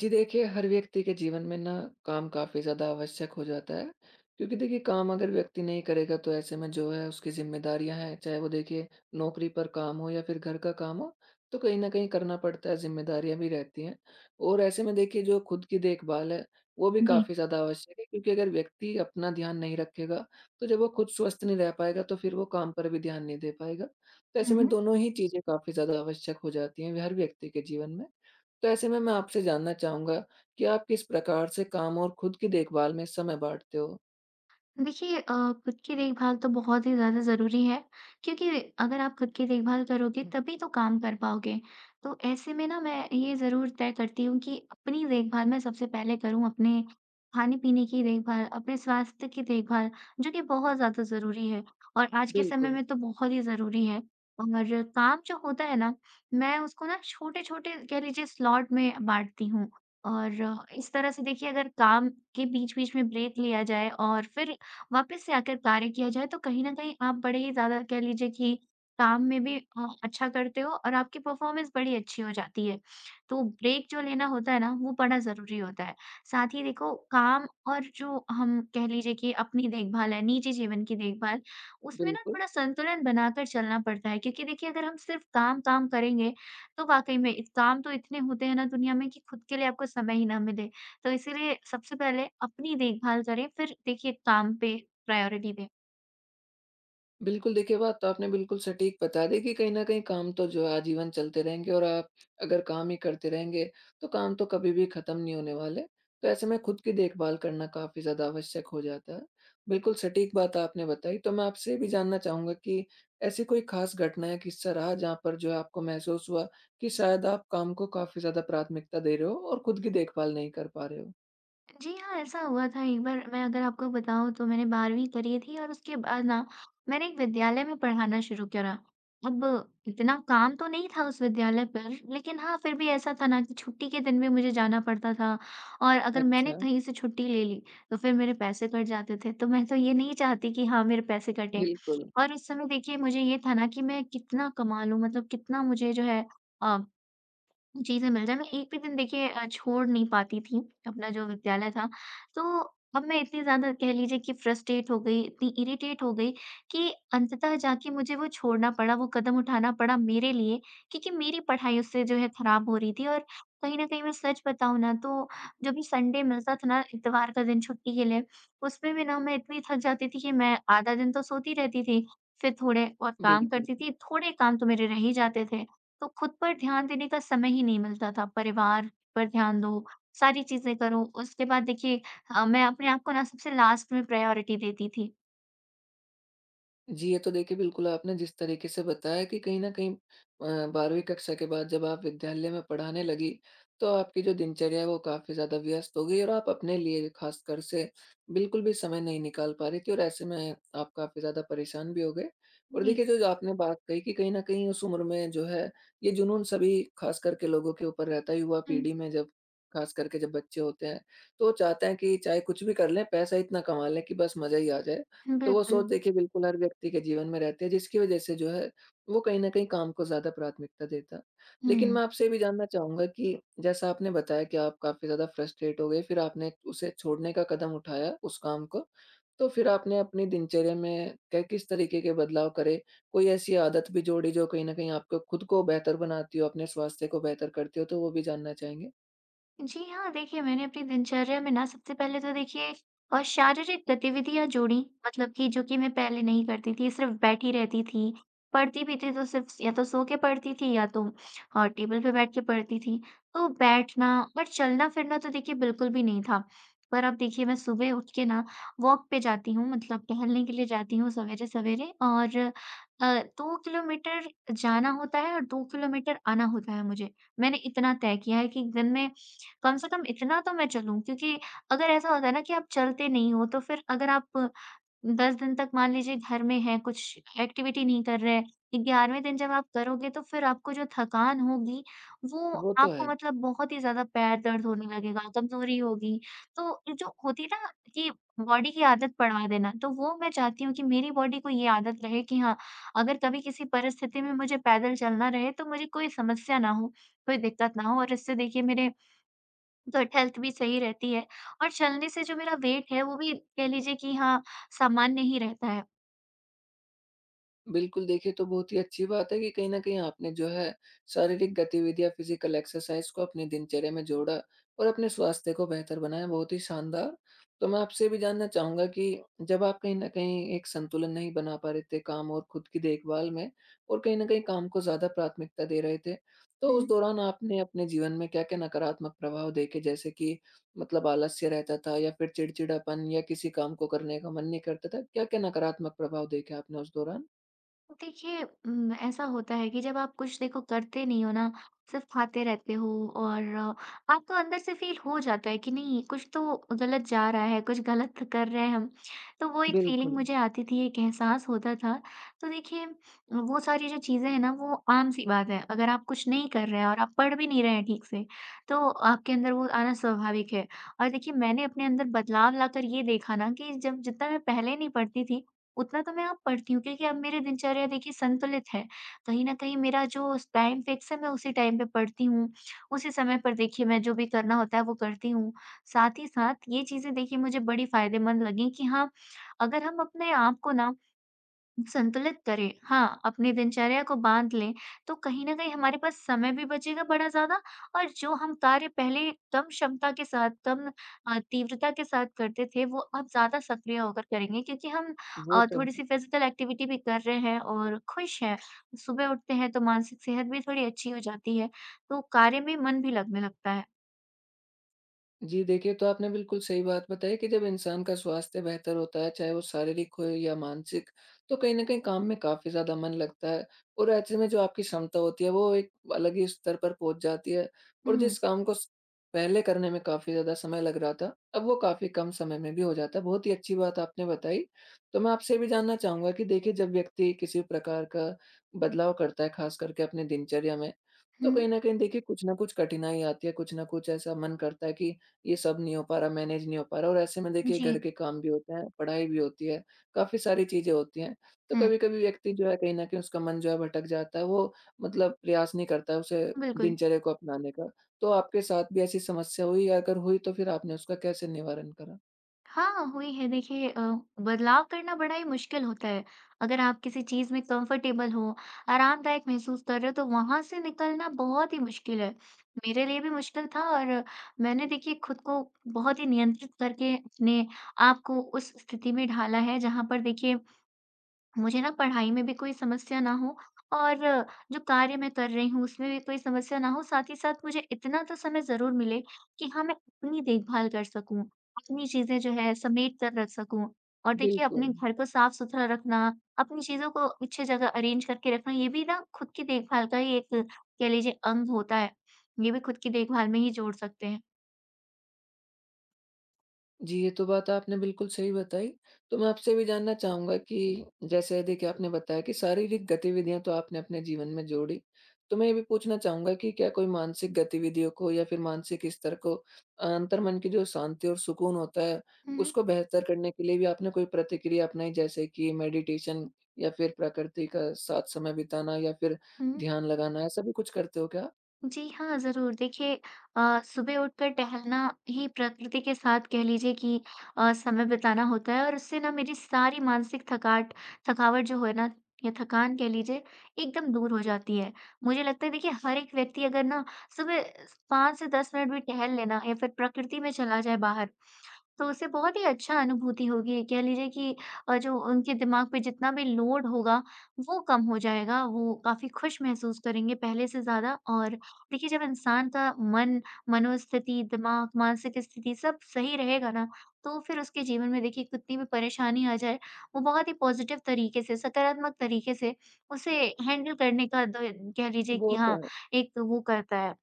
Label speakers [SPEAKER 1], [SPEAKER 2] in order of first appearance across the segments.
[SPEAKER 1] जी देखिए, हर व्यक्ति के जीवन में ना काम काफ़ी ज़्यादा आवश्यक हो जाता है, क्योंकि देखिए काम अगर व्यक्ति नहीं करेगा तो ऐसे में जो है उसकी ज़िम्मेदारियाँ हैं, चाहे वो देखिए नौकरी पर काम हो या फिर घर का काम हो, तो कहीं न कहीं करना पड़ता है, ज़िम्मेदारियाँ भी रहती हैं। और ऐसे में देखिए जो खुद की देखभाल है, वो भी
[SPEAKER 2] जी।
[SPEAKER 1] काफ़ी ज़्यादा आवश्यक है क्योंकि अगर व्यक्ति अपना ध्यान नहीं रखेगा, तो जब वो खुद स्वस्थ नहीं रह पाएगा तो फिर वो काम पर भी ध्यान नहीं दे पाएगा। तो ऐसे में
[SPEAKER 2] हुँ,
[SPEAKER 1] दोनों ही चीज़ें काफ़ी ज़्यादा आवश्यक हो जाती हैं हर व्यक्ति के जीवन में। तो ऐसे में मैं आपसे जानना चाहूँगा कि आप किस प्रकार से काम और खुद की देखभाल में समय बाँटते हो?
[SPEAKER 2] देखिए, खुद की देखभाल तो बहुत ही ज़्यादा ज़रूरी है, क्योंकि अगर आप खुद की देखभाल करोगे तभी तो काम कर पाओगे। तो ऐसे में ना मैं ये ज़रूर तय करती हूँ कि अपनी देखभाल मैं सबसे पहले करूँ, अपने खाने-पीने की देखभाल, अपने स्वास्थ्य की देखभाल, जो कि बहुत ज़्यादा ज़रूरी है, और आज के समय
[SPEAKER 1] बिल्कुल,
[SPEAKER 2] में तो बहुत ही ज़रूरी है। और काम जो होता है ना, मैं उसको ना छोटे-छोटे, कह लीजिए, स्लॉट में बाँटती हूँ। और इस तरह से देखिए, अगर काम के बीच-बीच में ब्रेक लिया जाए और फिर वापस से आकर कार्य किया जाए, तो कहीं न कहीं आप बड़े ही ज़्यादा, कह लीजिए कि काम में भी अच्छा करते हो, और आपकी परफ़ॉर्मेंस बड़ी अच्छी हो जाती है। तो ब्रेक जो लेना होता है ना, वो बड़ा ज़रूरी होता है। साथ ही देखो, काम और जो हम, कह लीजिए कि अपनी देखभाल है, निजी जीवन की देखभाल, उसमें ना
[SPEAKER 1] बिल्कुल।
[SPEAKER 2] थोड़ा संतुलन बनाकर चलना पड़ता है, क्योंकि देखिए, अगर हम सिर्फ़ काम-काम करेंगे तो वाक़ई में इत काम तो इतने होते हैं ना दुनिया में, कि खुद के लिए आपको समय ही ना मिले। तो इसीलिए सबसे पहले अपनी देखभाल करें, फिर देखिए काम पे प्रायोरिटी दें।
[SPEAKER 1] बिल्कुल, देखिए बात तो आपने बिल्कुल सटीक बता दी कि कहीं न कहीं काम तो जो है आजीवन चलते रहेंगे और आप अगर काम ही करते रहेंगे, तो काम तो कभी भी खत्म नहीं होने वाले। तो ऐसे में खुद की देखभाल करना काफ़ी ज़्यादा आवश्यक हो जाता है। बिल्कुल सटीक बात आपने बताई, तो मैं आपसे ये भी जानना चाहूँगा कि ऐसी कोई खास घटना या किस्सा रहा जहाँ पर जो है आपको महसूस हुआ कि शायद आप काम को काफ़ी ज़्यादा प्राथमिकता दे रहे हो और खुद की देखभाल नहीं कर पा रहे हो?
[SPEAKER 2] जी हाँ, ऐसा हुआ था एक बार। मैं अगर आपको बताऊँ, तो मैंने 12वीं करी थी, और उसके बाद ना मैंने एक विद्यालय में पढ़ाना शुरू करा। अब इतना काम तो नहीं था उस विद्यालय पर, लेकिन हाँ, फिर भी ऐसा था ना कि छुट्टी के दिन भी मुझे जाना पड़ता था, और अगर मैंने
[SPEAKER 1] अच्छा,
[SPEAKER 2] कहीं से छुट्टी ले ली तो फिर मेरे पैसे कट जाते थे। तो मैं तो ये नहीं चाहती कि हाँ, मेरे पैसे कटें।
[SPEAKER 1] बिल्कुल।
[SPEAKER 2] और उस समय देखिए मुझे ये था ना कि मैं कितना कमा लूँ, मतलब कितना मुझे जो है, अ, चीज़ें मिल जाए। मैं एक भी दिन देखिए छोड़ नहीं पाती थी अपना जो विद्यालय था। तो अब मैं इतनी ज़्यादा, कह लीजिए कि फ्रस्ट्रेट हो गई, इतनी इरिटेट हो गई, कि अंततः जाके मुझे वो छोड़ना पड़ा, वो कदम उठाना पड़ा मेरे लिए, क्योंकि मेरी पढ़ाई उससे जो है खराब हो रही थी। और कहीं न कहीं, मैं सच बताऊँ ना, तो जब भी संडे मिलता था ना, इतवार का दिन छुट्टी के लिए, उसमें भी ना मैं इतनी थक जाती थी कि मैं आधा दिन तो सोती रहती थी। फिर थोड़े और काम
[SPEAKER 1] बिल्कुल।
[SPEAKER 2] करती थी, थोड़े काम तो मेरे रह ही जाते थे। तो खुद पर ध्यान देने का समय ही नहीं मिलता था। परिवार पर ध्यान दो, सारी चीज़ें करो, उसके बाद देखिए, मैं अपने आप को ना सबसे लास्ट में प्रायोरिटी देती थी।
[SPEAKER 1] जी, ये तो देखिए बिल्कुल आपने जिस तरीके से बताया कि कहीं न कहीं 12वीं कक्षा के बाद जब आप विद्यालय में पढ़ाने लगी, तो आपकी जो दिनचर्या है वो काफ़ी ज़्यादा व्यस्त हो गई और आप अपने लिए ख़ासकर से बिल्कुल भी समय नहीं निकाल पा रही थी और ऐसे में आप काफ़ी ज़्यादा परेशान भी हो गए। और
[SPEAKER 2] जी,
[SPEAKER 1] देखिए जो जो आपने बात कही कि कहीं न कहीं उस उम्र में जो है ये जुनून सभी ख़ास करके लोगों के ऊपर रहता है, युवा पीढ़ी में जब ख़ास करके जब बच्चे होते हैं, तो वो चाहते हैं कि चाहे कुछ भी कर लें, पैसा इतना कमा लें कि बस मज़ा ही आ जाए।
[SPEAKER 2] हुँ,
[SPEAKER 1] तो वो
[SPEAKER 2] बिल्कुल।
[SPEAKER 1] सोच देखिए बिल्कुल हर व्यक्ति के जीवन में रहती है जिसकी वजह से जो है वो कहीं न कहीं काम को ज़्यादा प्राथमिकता देता है। लेकिन
[SPEAKER 2] हुँ।
[SPEAKER 1] मैं आपसे ये भी जानना चाहूँगा कि जैसा आपने बताया कि आप काफ़ी ज़्यादा फ्रस्ट्रेट हो गए, फिर आपने उसे छोड़ने का कदम उठाया उस काम को। तो फिर आपने अपनी दिनचर्या में कै किस तरीके के बदलाव करे? कोई ऐसी आदत भी जोड़ी जो कहीं न कहीं आपको खुद को बेहतर बनाती हो, अपने स्वास्थ्य को बेहतर करती हो? तो वो भी जानना चाहेंगे।
[SPEAKER 2] जी हाँ, देखिए मैंने अपनी दिनचर्या में ना सबसे पहले तो देखिए शारीरिक गतिविधियाँ जोड़ी, मतलब कि जो कि मैं पहले नहीं करती थी, सिर्फ़ बैठी रहती थी। पढ़ती भी थी तो सिर्फ़ या तो सो के पढ़ती थी, या तो टेबल पे बैठ के पढ़ती थी। तो बैठना और चलना-फिरना तो देखिए बिल्कुल भी नहीं था। पर अब देखिए मैं सुबह उठ के ना वॉक पे जाती हूँ, मतलब टहलने के लिए जाती हूँ सवेरे-सवेरे। और अ, 2 किलोमीटर जाना होता है और 2 किलोमीटर आना होता है मुझे। मैंने इतना तय किया है कि दिन में कम से कम इतना तो मैं चलूँ, क्योंकि अगर ऐसा होता है ना कि आप चलते नहीं हो, तो फिर अगर आप 10 दिन तक मान लीजिए घर में हैं, कुछ एक्टिविटी नहीं कर रहे, 11वें दिन जब आप करोगे तो फिर आपको जो थकान होगी, वो
[SPEAKER 1] वो तो
[SPEAKER 2] आपको,
[SPEAKER 1] है।
[SPEAKER 2] मतलब बहुत ही ज़्यादा पैर दर्द होने लगेगा, कमज़ोरी होगी। तो ये जो होती है ना कि बॉडी की आदत पड़वा देना, तो वो मैं चाहती हूँ कि मेरी बॉडी को ये आदत रहे कि हाँ, अगर कभी किसी परिस्थिति में मुझे पैदल चलना रहे तो मुझे कोई समस्या ना हो, कोई दिक्कत ना हो। और इससे देखिए मेरे तो हेल्थ भी सही रहती है, और चलने से जो मेरा वेट है वो भी, कह लीजिए कि हाँ, सामान्य ही रहता है।
[SPEAKER 1] बिल्कुल, देखिए तो बहुत ही अच्छी बात है कि कहीं न कहीं आपने जो है शारीरिक गतिविधियाँ, फ़िज़िकल एक्सरसाइज़ को अपनी दिनचर्या में जोड़ा और अपने स्वास्थ्य को बेहतर बनाया, बहुत ही शानदार। तो मैं आपसे ये भी जानना चाहूँगा कि जब आप कहीं न कहीं एक संतुलन नहीं बना पा रहे थे काम और खुद की देखभाल में और कहीं न कहीं काम को ज़्यादा प्राथमिकता दे रहे थे, तो उस दौरान आपने अपने जीवन में क्या-क्या नकारात्मक प्रभाव देखे? जैसे कि मतलब आलस्य रहता था या फिर चिड़चिड़ापन या किसी काम को करने का मन नहीं करता था, क्या-क्या नकारात्मक प्रभाव देखे आपने उस दौरान?
[SPEAKER 2] तो देखिए, ऐसा होता है कि जब आप कुछ, देखो, करते नहीं हो ना, सिर्फ़ खाते रहते हो, और आपको अंदर से फ़ील हो जाता है कि नहीं, कुछ तो गलत जा रहा है, कुछ गलत कर रहे हैं हम। तो वो एक फ़ीलिंग
[SPEAKER 1] बिल्कुल,
[SPEAKER 2] मुझे आती थी, एक एहसास होता था। तो देखिए, वो सारी जो चीज़ें हैं ना, वो आम-सी बात है। अगर आप कुछ नहीं कर रहे हैं और आप पढ़ भी नहीं रहे हैं ठीक से, तो आपके अंदर वो आना स्वाभाविक है। और देखिए मैंने अपने अंदर बदलाव लाकर ये देखा ना कि जब, जितना मैं पहले नहीं पढ़ती थी, उतना तो मैं अब पढ़ती हूँ, क्योंकि अब मेरी दिनचर्या देखिए संतुलित है। कहीं न कहीं मेरा जो स टाइम फिक्स है, मैं उसी टाइम पे पढ़ती हूँ। उसी समय पर देखिए मैं जो भी करना होता है वो करती हूँ। साथ ही साथ ये चीज़ें देखिए मुझे बड़ी फ़ायदेमंद लगी, कि हाँ, अगर हम अपने आप को ना संतुलित करें। हाँ, अपनी दिनचर्या को बाँध लें, तो कहीं न कहीं हमारे पास समय भी बचेगा बड़ा ज़्यादा, और जो हम कार्य पहले कम क्षमता के साथ, कम तीव्रता के साथ करते थे, वो अब ज़्यादा सक्रिय होकर करेंगे, क्योंकि हम
[SPEAKER 1] वो तो है।
[SPEAKER 2] थोड़ी-सी फिज़िकल एक्टिविटी भी कर रहे हैं, और खुश हैं। सुबह उठते हैं तो मानसिक सेहत भी थोड़ी अच्छी हो जाती है, तो कार्य में मन भी लगने लगता है।
[SPEAKER 1] जी देखिए, तो आपने बिल्कुल सही बात बताई कि जब इंसान का स्वास्थ्य बेहतर होता है, चाहे वो शारीरिक हो या मानसिक, तो कहीं न कहीं काम में काफ़ी ज़्यादा मन लगता है और ऐसे में जो आपकी क्षमता होती है, वो एक अलग ही स्तर पर पहुँच जाती है और
[SPEAKER 2] हुँ।
[SPEAKER 1] जिस काम को स पहले करने में काफ़ी ज़्यादा समय लग रहा था, अब वो काफ़ी कम समय में भी हो जाता है। बहुत ही अच्छी बात आपने बताई। तो मैं आपसे ये भी जानना चाहूँगा कि देखिए, जब व्यक्ति किसी प्रकार का बदलाव करता है, ख़ास करके अपनी दिनचर्या में, तो
[SPEAKER 2] हुँ।
[SPEAKER 1] कहीं न कहीं देखिए, कुछ ना कुछ कठिनाई आती है, कुछ ना कुछ ऐसा मन करता है कि ये सब नहीं हो पा रहा, मैनेज नहीं हो पा रहा और ऐसे में देखिए
[SPEAKER 2] जी।
[SPEAKER 1] घर के काम भी होते हैं, पढ़ाई भी होती है, काफ़ी सारी चीज़ें होती हैं। तो
[SPEAKER 2] हुँ,
[SPEAKER 1] कभी-कभी व्यक्ति जो है कहीं न कहीं उसका मन जो है भटक जाता है, वो मतलब प्रयास नहीं करता है उसे
[SPEAKER 2] बिल्कुल।
[SPEAKER 1] दिनचर्या को अपनाने का। तो आपके साथ भी ऐसी समस्या हुई? या अगर हुई तो फिर आपने उसका कैसे निवारण करा?
[SPEAKER 2] हाँ, हुई है। देखिए, बदलाव करना बड़ा ही मुश्किल होता है। अगर आप किसी चीज़ में कंफर्टेबल हो, आरामदायक महसूस कर रहे हो, तो वहाँ से निकलना बहुत ही मुश्किल है। मेरे लिए भी मुश्किल था। और मैंने देखिए खुद को बहुत ही नियंत्रित करके अपने आप को उस स्थिति में ढाला है, जहाँ पर देखिए मुझे ना पढ़ाई में भी कोई समस्या ना हो, और जो कार्य मैं कर रही हूँ उसमें भी कोई समस्या ना हो। साथ ही साथ मुझे इतना तो समय ज़रूर मिले कि हाँ, मैं अपनी देखभाल कर सकूँ, अपनी चीज़ें जो है समेट कर रख सकूँ। और देखिए अपने
[SPEAKER 1] बिल्कुल।
[SPEAKER 2] घर को साफ-सुथरा रखना, अपनी चीज़ों को अच्छी जगह अरेंज करके रखना, ये भी ना खुद की देखभाल का ही एक, कह लीजिए, अंग होता है। ये भी खुद की देखभाल में ही जोड़ सकते हैं।
[SPEAKER 1] जी, ये तो बात आपने बिल्कुल सही बताई। तो मैं आपसे भी जानना चाहूँगा कि जैसे देखिए आपने बताया कि शारीरिक गतिविधियाँ तो आपने अपने जीवन में जोड़ी। तो मैं ये भी पूछना चाहूँगा कि क्या कोई मानसिक गतिविधियों को या फिर मानसिक स्तर को अंतर्मन की जो शांति और सुकून होता है,
[SPEAKER 2] हुँ,
[SPEAKER 1] उसको बेहतर करने के लिए भी आपने कोई प्रतिक्रिया अपनाई जैसे कि मेडिटेशन या फिर प्रकृति का साथ समय बिताना या फिर
[SPEAKER 2] हुँ।
[SPEAKER 1] ध्यान लगाना, ऐसा भी कुछ करते हो क्या?
[SPEAKER 2] जी हाँ, ज़रूर। देखिए सुबह उठकर टहलना ही प्रकृति के साथ, कह लीजिए कि समय बिताना होता है, और उससे ना मेरी सारी मानसिक थकाट थकावट जो है ना, या थकान, कह लीजिए, एकदम दूर हो जाती है। मुझे लगता है देखिए हर एक व्यक्ति अगर ना सुबह 5 से 10 मिनट भी टहल लेना या फिर प्रकृति में चला जाए बाहर, तो उसे बहुत ही अच्छा अनुभूति होगी। कह लीजिए कि जो उनके दिमाग पे जितना भी लोड होगा, वो कम हो जाएगा। वो काफ़ी खुश महसूस करेंगे पहले से ज़्यादा। और देखिए जब इंसान का मन, मनोस्थिति, दिमाग, मानसिक स्थिति सब सही रहेगा ना, तो फिर उसके जीवन में देखिए कितनी भी परेशानी आ जाए, वो बहुत ही पॉज़िटिव तरीके से, सकारात्मक तरीके से उसे हैंडल करने का, द कह लीजिए कि
[SPEAKER 1] वो तो
[SPEAKER 2] हाँ,
[SPEAKER 1] है।
[SPEAKER 2] एक वो करता है।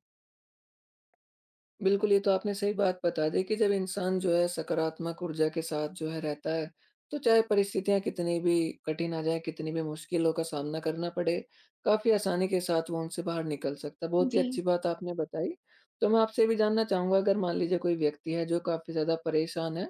[SPEAKER 1] बिल्कुल, ये तो आपने सही बात बता दी कि जब इंसान जो है सकारात्मक ऊर्जा के साथ जो है रहता है, तो चाहे परिस्थितियाँ कितनी भी कठिन आ जाएँ, कितनी भी मुश्किलों का सामना करना पड़े, काफ़ी आसानी के साथ वो उनसे बाहर निकल सकता है। बहुत ही
[SPEAKER 2] जी।
[SPEAKER 1] अच्छी बात आपने बताई। तो मैं आपसे ये भी जानना चाहूँगा अगर मान लीजिए कोई व्यक्ति है जो काफ़ी ज़्यादा परेशान है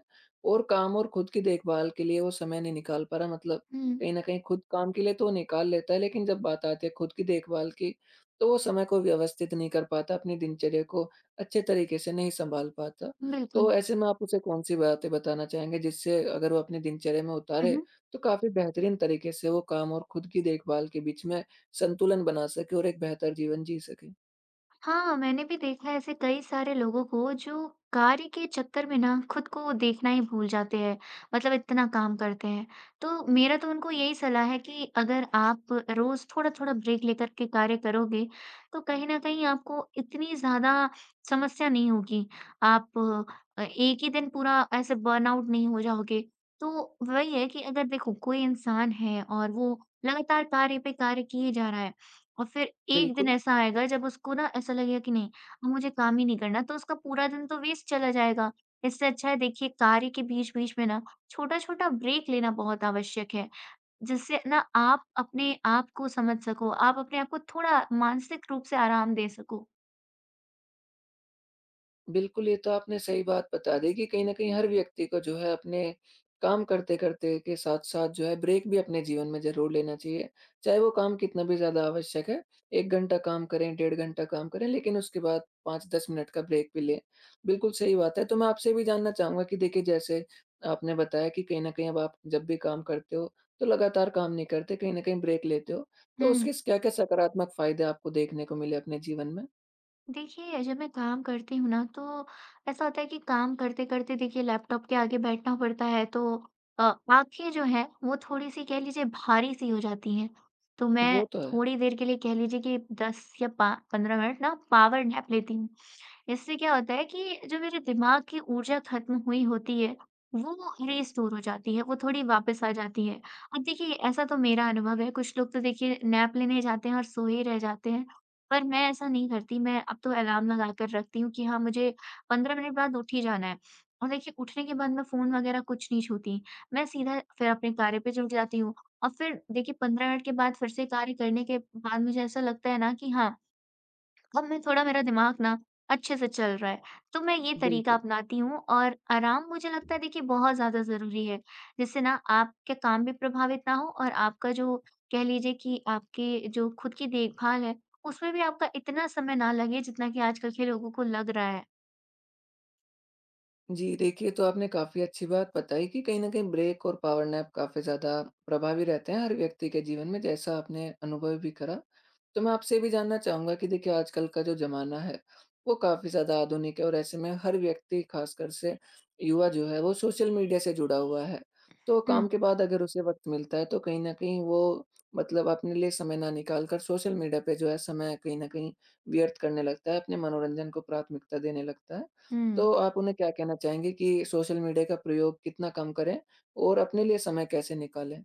[SPEAKER 1] और काम और खुद की देखभाल के लिए वो समय नहीं निकाल पा रहा मतलब
[SPEAKER 2] हुँ,
[SPEAKER 1] कहीं न कहीं खुद काम के लिए तो वो निकाल लेता है, लेकिन जब बात आती है खुद की देखभाल की, तो वो समय को व्यवस्थित नहीं कर पाता, अपनी दिनचर्या को अच्छे तरीके से नहीं सँभाल पाता।
[SPEAKER 2] बिल्कुल।
[SPEAKER 1] तो ऐसे में आप उसे कौन-सी बातें बताना चाहेंगे जिससे अगर वो अपनी दिनचर्या में
[SPEAKER 2] हुँ,
[SPEAKER 1] उतारे,
[SPEAKER 2] हुँ।
[SPEAKER 1] तो काफ़ी बेहतरीन तरीके से वो काम और खुद की देखभाल के बीच में संतुलन बना सके और एक बेहतर जीवन जी सके?
[SPEAKER 2] हाँ, मैंने भी देखा है ऐसे कई सारे लोगों को जो कार्य के चक्कर में ना खुद को देखना ही भूल जाते हैं। मतलब इतना काम करते हैं। तो मेरा तो उनको यही सलाह है कि अगर आप रोज़ थोड़ा-थोड़ा ब्रेक लेकर के कार्य करोगे, तो कहीं न कहीं आपको इतनी ज़्यादा समस्या नहीं होगी। आप एक ही दिन पूरा ऐसे बर्नआउट नहीं हो जाओगे। तो वही है कि अगर, देखो, कोई इंसान है और वो लगातार कार्य पे कार्य किए जा रहा है, और फिर एक दिन
[SPEAKER 1] बिल्कुल।
[SPEAKER 2] ऐसा आएगा जब उसको ना ऐसा लगेगा कि नहीं, अब मुझे काम ही नहीं करना, तो उसका पूरा दिन तो वेस्ट चला जाएगा। इससे अच्छा है देखिए कार्य के बीच-बीच में ना छोटा-छोटा ब्रेक लेना बहुत आवश्यक है, जिससे ना आप अपने आप को समझ सको, आप अपने आप को थोड़ा मानसिक रूप से आराम दे सको।
[SPEAKER 1] बिल्कुल, ये तो आपने सही बात बता दी कि कहीं न कहीं हर व्यक्ति को जो है अपने काम करते-करते के साथ-साथ जो है ब्रेक भी अपने जीवन में ज़रूर लेना चाहिए। चाहे वो काम कितना भी ज़्यादा आवश्यक है, 1 घंटा काम करें, 1.5 घंटा काम करें, लेकिन उसके बाद 5-10 मिनट का ब्रेक भी लें। बिल्कुल सही बात है, तो मैं आपसे भी जानना चाहूँगा कि देखिए जैसे आपने बताया कि कहीं न कहीं अब आप जब भी काम करते हो, तो लगातार काम नहीं करते, कहीं न कहीं ब्रेक लेते हो, तो
[SPEAKER 2] हुँ।
[SPEAKER 1] उसके स क्या-क्या सकारात्मक फ़ायदे आपको देखने को मिले अपने जीवन में?
[SPEAKER 2] देखिए, जब मैं काम करती हूँ ना, तो ऐसा होता है कि काम करते-करते देखिए लैपटॉप के आगे बैठना पड़ता है, तो अ, आँखें जो हैं, वो थोड़ी-सी, कह लीजिए, भारी-सी हो जाती हैं। तो मैं
[SPEAKER 1] वो तो है।
[SPEAKER 2] थोड़ी देर के लिए, कह लीजिए कि 10 या पा 15 मिनट ना पावर नैप लेती हूँ। इससे क्या होता है कि जो मेरे दिमाग की ऊर्जा खत्म हुई होती है, वो रिस्टोर हो जाती है, वो थोड़ी वापस आ जाती है। अब देखिए ऐसा तो मेरा अनुभव है, कुछ लोग तो देखिए नैप लेने जाते हैं और सोए रह जाते हैं, पर मैं ऐसा नहीं करती। मैं अब तो अलार्म लगा कर रखती हूँ कि हाँ, मुझे 15 मिनट बाद उठ ही जाना है। और देखिए उठने के बाद मैं फ़ोन वगैरह कुछ नहीं छूती। मैं सीधा फिर अपने कार्य पे जुट जाती हूँ। और फिर देखिए 15 मिनट के बाद फिर से कार्य करने के बाद मुझे ऐसा लगता है ना कि हाँ, अब मैं थोड़ा, मेरा दिमाग ना अच्छे से चल रहा है, तो मैं ये तरीका
[SPEAKER 1] बिल्कुल।
[SPEAKER 2] अपनाती हूँ। और आराम, मुझे लगता है देखिए, बहुत ज़्यादा ज़रूरी है, जिससे ना आपके काम भी प्रभावित ना हो, और आपका जो, कह लीजिए कि आपकी जो खुद की देखभाल है, उसमें भी आपका इतना समय ना लगे जितना कि आजकल के लोगों को लग रहा है।
[SPEAKER 1] जी, देखिए तो आपने काफ़ी अच्छी बात बताई कि कहीं न कहीं ब्रेक और पावर नैप काफ़ी ज़्यादा प्रभावी रहते हैं हर व्यक्ति के जीवन में, जैसा आपने अनुभव भी करा। तो मैं आपसे ये भी जानना चाहूँगा कि देखिए आजकल का जो ज़माना है, वो काफ़ी ज़्यादा आधुनिक है और ऐसे में हर व्यक्ति ख़ासकर से युवा जो है वो सोशल मीडिया से जुड़ा हुआ है। तो काम
[SPEAKER 2] हुँ,
[SPEAKER 1] के बाद अगर उसे वक़्त मिलता है तो कहीं न कहीं वो मतलब अपने लिए समय ना निकाल कर सोशल मीडिया पे जो है समय कहीं न कहीं व्यर्थ करने लगता है, अपने मनोरंजन को प्राथमिकता देने लगता है।
[SPEAKER 2] हुँ।
[SPEAKER 1] तो आप उन्हें क्या कहना चाहेंगे कि सोशल मीडिया का प्रयोग कितना कम करें और अपने लिए समय कैसे निकालें?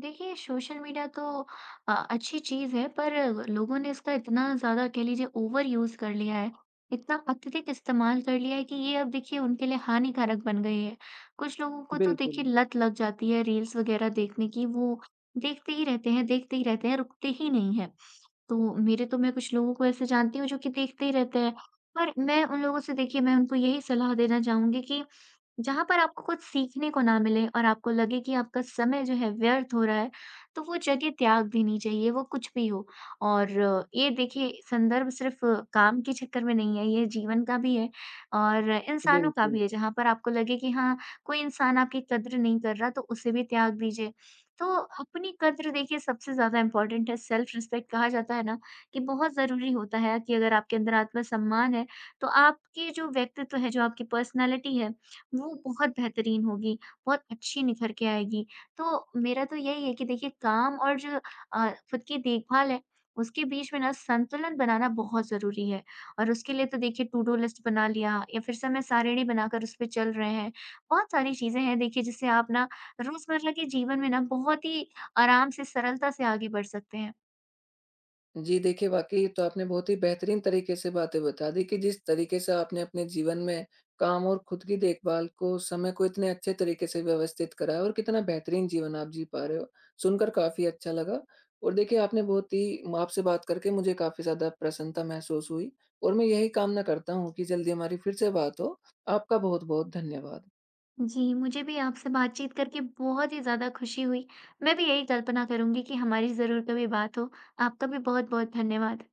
[SPEAKER 2] देखिए सोशल मीडिया तो अच्छी चीज़ है, पर लोगों ने इसका इतना ज़्यादा, कह लीजिए, ओवर यूज़ कर लिया है, इतना अत्यधिक इस्तेमाल कर लिया है, कि ये अब देखिए उनके लिए हानिकारक बन गई है। कुछ लोगों को तो
[SPEAKER 1] बिल्कुल,
[SPEAKER 2] देखिए लत लग जाती है रील्स वगैरह देखने की, वो देखते ही रहते हैं, देखते ही रहते हैं, रुकते ही नहीं हैं। तो मेरे तो, मैं कुछ लोगों को ऐसे जानती हूँ जो कि देखते ही रहते हैं, पर मैं उन लोगों से, देखिए, मैं उनको यही सलाह देना चाहूँगी कि जहाँ पर आपको कुछ सीखने को ना मिले और आपको लगे कि आपका समय जो है व्यर्थ हो रहा है, तो वो जगह त्याग देनी चाहिए, वो कुछ भी हो। और ये देखिए संदर्भ सिर्फ़ काम के चक्कर में नहीं है, ये जीवन का भी है, और इंसानों का
[SPEAKER 1] बिल्कुल।
[SPEAKER 2] भी है, जहाँ पर आपको लगे कि हाँ, कोई इंसान आपकी कद्र नहीं कर रहा, तो उसे भी त्याग दीजिए। तो अपनी कद्र देखिए सबसे ज़्यादा इम्पोर्टेंट है, सेल्फ़ रिस्पेक्ट कहा जाता है ना कि बहुत ज़रूरी होता है, कि अगर आपके अंदर आत्मसम्मान है, तो आपकी जो व्यक्तित्व है, जो आपकी पर्सनैलिटी है, वो बहुत बेहतरीन होगी, बहुत अच्छी निखर के आएगी। तो मेरा तो यही है कि देखिए काम और जो खुद की देखभाल है, उसके बीच में ना संतुलन बनाना बहुत ज़रूरी है। और उसके लिए तो देखिए टू डू लिस्ट बना लिया, या फिर समय सारिणी बनाकर उस पे चल रहे हैं। बहुत सारी चीज़ें हैं देखिए जिससे आप ना रोज़मर्रा के जीवन में ना बहुत ही आराम से, सरलता से आगे बढ़ सकते हैं।
[SPEAKER 1] जी देखिए, वाक़ई तो आपने बहुत ही बेहतरीन तरीके से बातें बता दी कि जिस तरीके से आपने अपने जीवन में काम और खुद की देखभाल को, समय को इतने अच्छे तरीके से व्यवस्थित करा है और कितना बेहतरीन जीवन आप जी पा रहे हो, सुनकर काफ़ी अच्छा लगा। और देखिए आपने बहुत ही म आपसे बात करके मुझे काफ़ी ज़्यादा प्रसन्नता महसूस हुई और मैं यही कामना करता हूँ कि जल्दी हमारी फिर से बात हो। आपका बहुत-बहुत धन्यवाद।
[SPEAKER 2] जी, मुझे भी आपसे बातचीत करके बहुत ही ज़्यादा खुशी हुई। मैं भी यही कल्पना करूँगी कि हमारी ज़रूर कभी बात हो। आपका भी बहुत-बहुत धन्यवाद।